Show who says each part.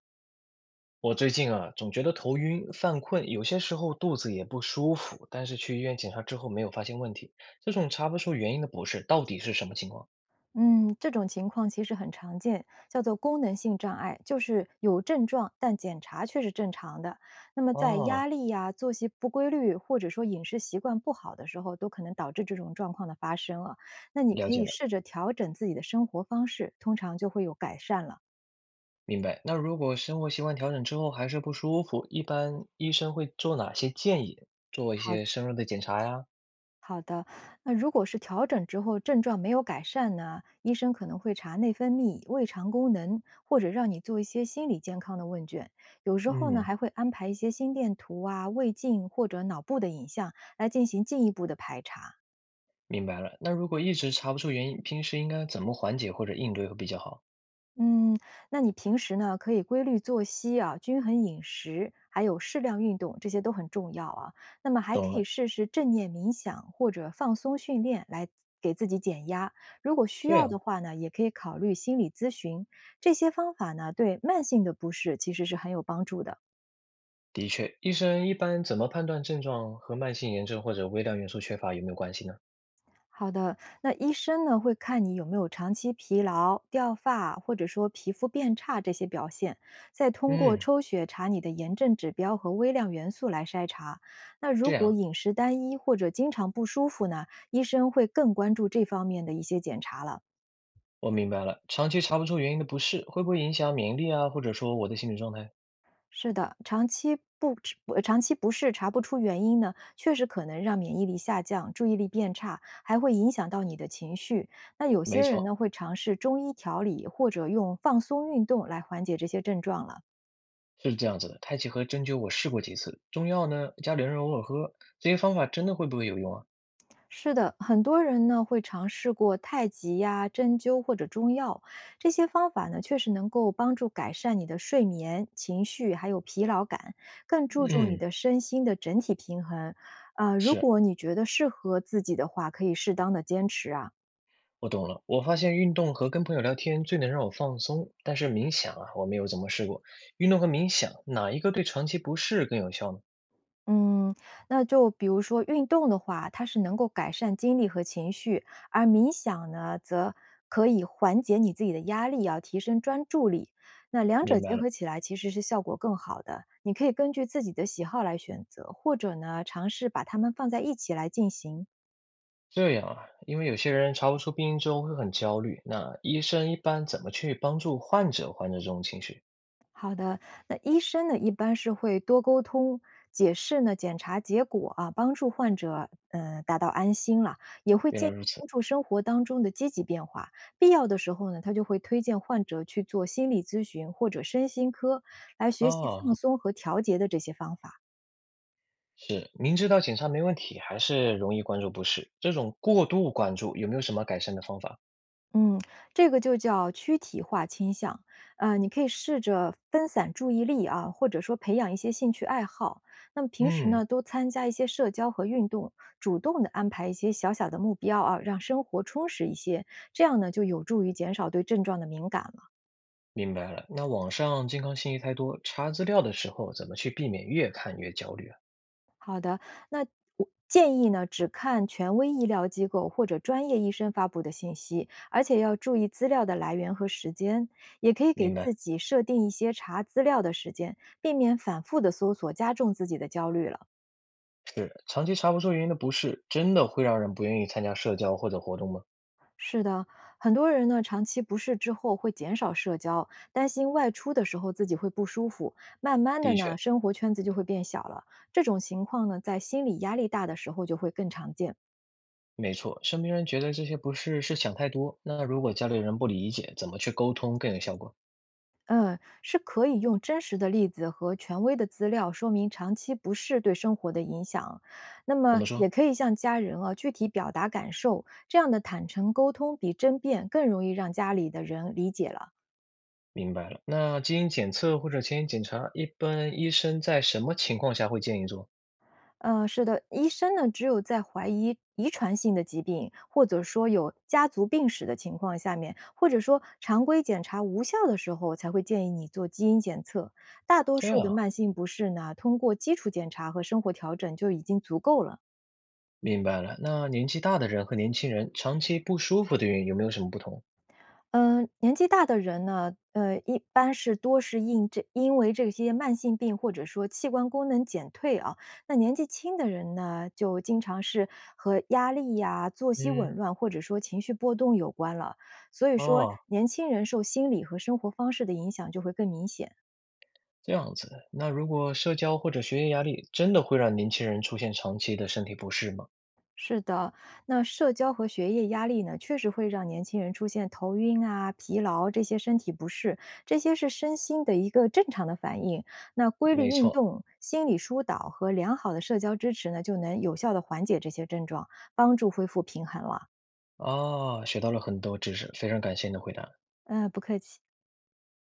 Speaker 1: 我最近啊，总觉得头晕、犯困，有些时候肚子也不舒服，但是去医院检查之后没有发现问题。这种查不出原因的不适到底是什么情况？
Speaker 2: 嗯，这种情况其实很常见，叫做功能性障碍，就是有症状，但检查却是正常的。那么在
Speaker 1: 哦，
Speaker 2: 压力呀、作息不规律，或者说饮食习惯不好的时候，都可能导致这种状况的发生了。那你
Speaker 1: 了
Speaker 2: 可
Speaker 1: 解
Speaker 2: 以
Speaker 1: 了，
Speaker 2: 试着调整自己的生活方式，通常就会有改善了。
Speaker 1: 明白。那如果生活习惯调整之后还是不舒服，一般医生会做哪些建议？做一
Speaker 2: 好的
Speaker 1: 些深入的检查呀？
Speaker 2: 好的，那如果是调整之后症状没有改善呢，医生可能会查内分泌、胃肠功能，或者让你做一些心理健康的问卷。有时候呢，
Speaker 1: 嗯，
Speaker 2: 还会安排一些心电图啊、胃镜或者脑部的影像来进行进一步的排查。
Speaker 1: 明白了。那如果一直查不出原因，平时应该怎么缓解或者应对会比较好？
Speaker 2: 嗯，那你平时呢，可以规律作息啊，均衡饮食，还有适量运动，这些都很重要啊。那么还
Speaker 1: 懂
Speaker 2: 可以
Speaker 1: 了，
Speaker 2: 试试正念冥想或者放松训练来给自己减压。如果需
Speaker 1: 这
Speaker 2: 要的
Speaker 1: 样
Speaker 2: 话呢，也可以考虑心理咨询。这些方法呢，对慢性的不适其实是很有帮助的。
Speaker 1: 的确，医生一般怎么判断症状和慢性炎症或者微量元素缺乏有没有关系呢？
Speaker 2: 好的，那医生呢会看你有没有长期疲劳、掉发，或者说皮肤变差这些表现，再通过
Speaker 1: 嗯，
Speaker 2: 抽血查你的炎症指标和微量元素来筛查。那如
Speaker 1: 这
Speaker 2: 果
Speaker 1: 样
Speaker 2: 饮食单一或者经常不舒服呢，医生会更关注这方面的一些检查了。
Speaker 1: 我明白了。长期查不出原因的不适，会不会影响免疫力啊，或者说我的心理状态？
Speaker 2: 是的，长期不适查不出原因呢，确实可能让免疫力下降、注意力变差，还会影响到你的情绪。那有
Speaker 1: 没
Speaker 2: 些人
Speaker 1: 错，
Speaker 2: 呢，会尝试中医调理或者用放松运动来缓解这些症状了。
Speaker 1: 是这样子的。太极和针灸我试过几次，中药呢，家里人偶尔喝，这些方法真的会不会有用啊？
Speaker 2: 是的，很多人呢会尝试过太极呀、针灸或者中药，这些方法呢确实能够帮助改善你的睡眠、情绪还有疲劳感，更注重你
Speaker 1: 嗯，
Speaker 2: 的身心的整体平衡。如
Speaker 1: 是，
Speaker 2: 果你觉得适合自己的话，可以适当的坚持啊。
Speaker 1: 我懂了。我发现运动和跟朋友聊天最能让我放松，但是冥想啊，我没有怎么试过。运动和冥想哪一个对长期不适更有效呢？
Speaker 2: 嗯，那就比如说运动的话，它是能够改善精力和情绪，而冥想呢，则可以缓解你自己的压力啊，提升专注力。那两者
Speaker 1: 明
Speaker 2: 结
Speaker 1: 白了。
Speaker 2: 合起来，其实是效果更好的。你可以根据自己的喜好来选择，或者呢，尝试把它们放在一起来进行。
Speaker 1: 这样啊，因为有些人查不出病因之后会很焦虑，那医生一般怎么去帮助患者缓解这种情绪？
Speaker 2: 好的，那医生呢，一般是会多沟通、解释呢检查结果啊，帮助患者达到安心了，也会
Speaker 1: 原
Speaker 2: 建
Speaker 1: 来
Speaker 2: 议
Speaker 1: 如此，
Speaker 2: 关注生活当中的积极变化。必要的时候呢，他就会推荐患者去做心理咨询或者身心科，来学习放
Speaker 1: 哦，
Speaker 2: 松和调节的这些方法。
Speaker 1: 是，明知道检查没问题，还是容易关注不适，这种过度关注有没有什么改善的方法？
Speaker 2: 嗯，这个就叫躯体化倾向。你可以试着分散注意力啊，或者说培养一些兴趣爱好。那么平时呢，
Speaker 1: 嗯，
Speaker 2: 多参加一些社交和运动，主动的安排一些小小的目标啊，让生活充实一些。这样呢，就有助于减少对症状的敏感了。
Speaker 1: 明白了。那网上健康信息太多，查资料的时候怎么去避免越看越焦虑啊？
Speaker 2: 好的，那我建议呢，只看权威医疗机构或者专业医生发布的信息，而且要注意资料的来源和时间，也可以给
Speaker 1: 明白，
Speaker 2: 自己设定一些查资料的时间，避免反复的搜索加重自己的焦虑了。
Speaker 1: 是，长期查不出原因的不适，真的会让人不愿意参加社交或者活动吗？
Speaker 2: 是的，很多人呢长期不适之后会减少社交，担心外出的时候自己会不舒服，慢慢的
Speaker 1: 的
Speaker 2: 呢
Speaker 1: 确，
Speaker 2: 生活圈子就会变小了。这种情况呢，在心理压力大的时候就会更常见。
Speaker 1: 没错，身边人觉得这些不适是想太多，那如果家里人不理解，怎么去沟通更有效果？
Speaker 2: 嗯，是可以用真实的例子和权威的资料说明长期不适对生活的影响，那
Speaker 1: 怎
Speaker 2: 么
Speaker 1: 么说？
Speaker 2: 也可以向家人啊具体表达感受，这样的坦诚沟通比争辩更容易让家里的人理解了。
Speaker 1: 明白了。那基因检测或者基因检查，一般医生在什么情况下会建议做？
Speaker 2: 是的，医生呢只有在怀疑遗传性的疾病，或者说有家族病史的情况下面，或者说常规检查无效的时候，才会建议你做基因检测。大多
Speaker 1: 这
Speaker 2: 数
Speaker 1: 样
Speaker 2: 的
Speaker 1: 啊，
Speaker 2: 慢性不适呢，通过基础检查和生活调整就已经足够了。
Speaker 1: 明白了。那年纪大的人和年轻人长期不舒服的原因有没有什么不同？
Speaker 2: 嗯，年纪大的人呢，一般是多是因这因为这些慢性病或者说器官功能减退啊。那年纪轻的人呢，就经常是和压力呀、作息紊
Speaker 1: 嗯，
Speaker 2: 乱或者说情绪波动有关了。所以说，
Speaker 1: 哦，
Speaker 2: 年轻人受心理和生活方式的影响就会更明显。
Speaker 1: 这样子，那如果社交或者学业压力真的会让年轻人出现长期的身体不适吗？
Speaker 2: 是的，那社交和学业压力呢，确实会让年轻人出现头晕啊、疲劳这些身体不适，这些是身心的一个正常的反应。那规律
Speaker 1: 没
Speaker 2: 运
Speaker 1: 错，
Speaker 2: 动、心理疏导和良好的社交支持呢，就能有效的缓解这些症状，帮助恢复平衡了。
Speaker 1: 啊，学到了很多知识，非常感谢你的回答。
Speaker 2: 嗯，不客气。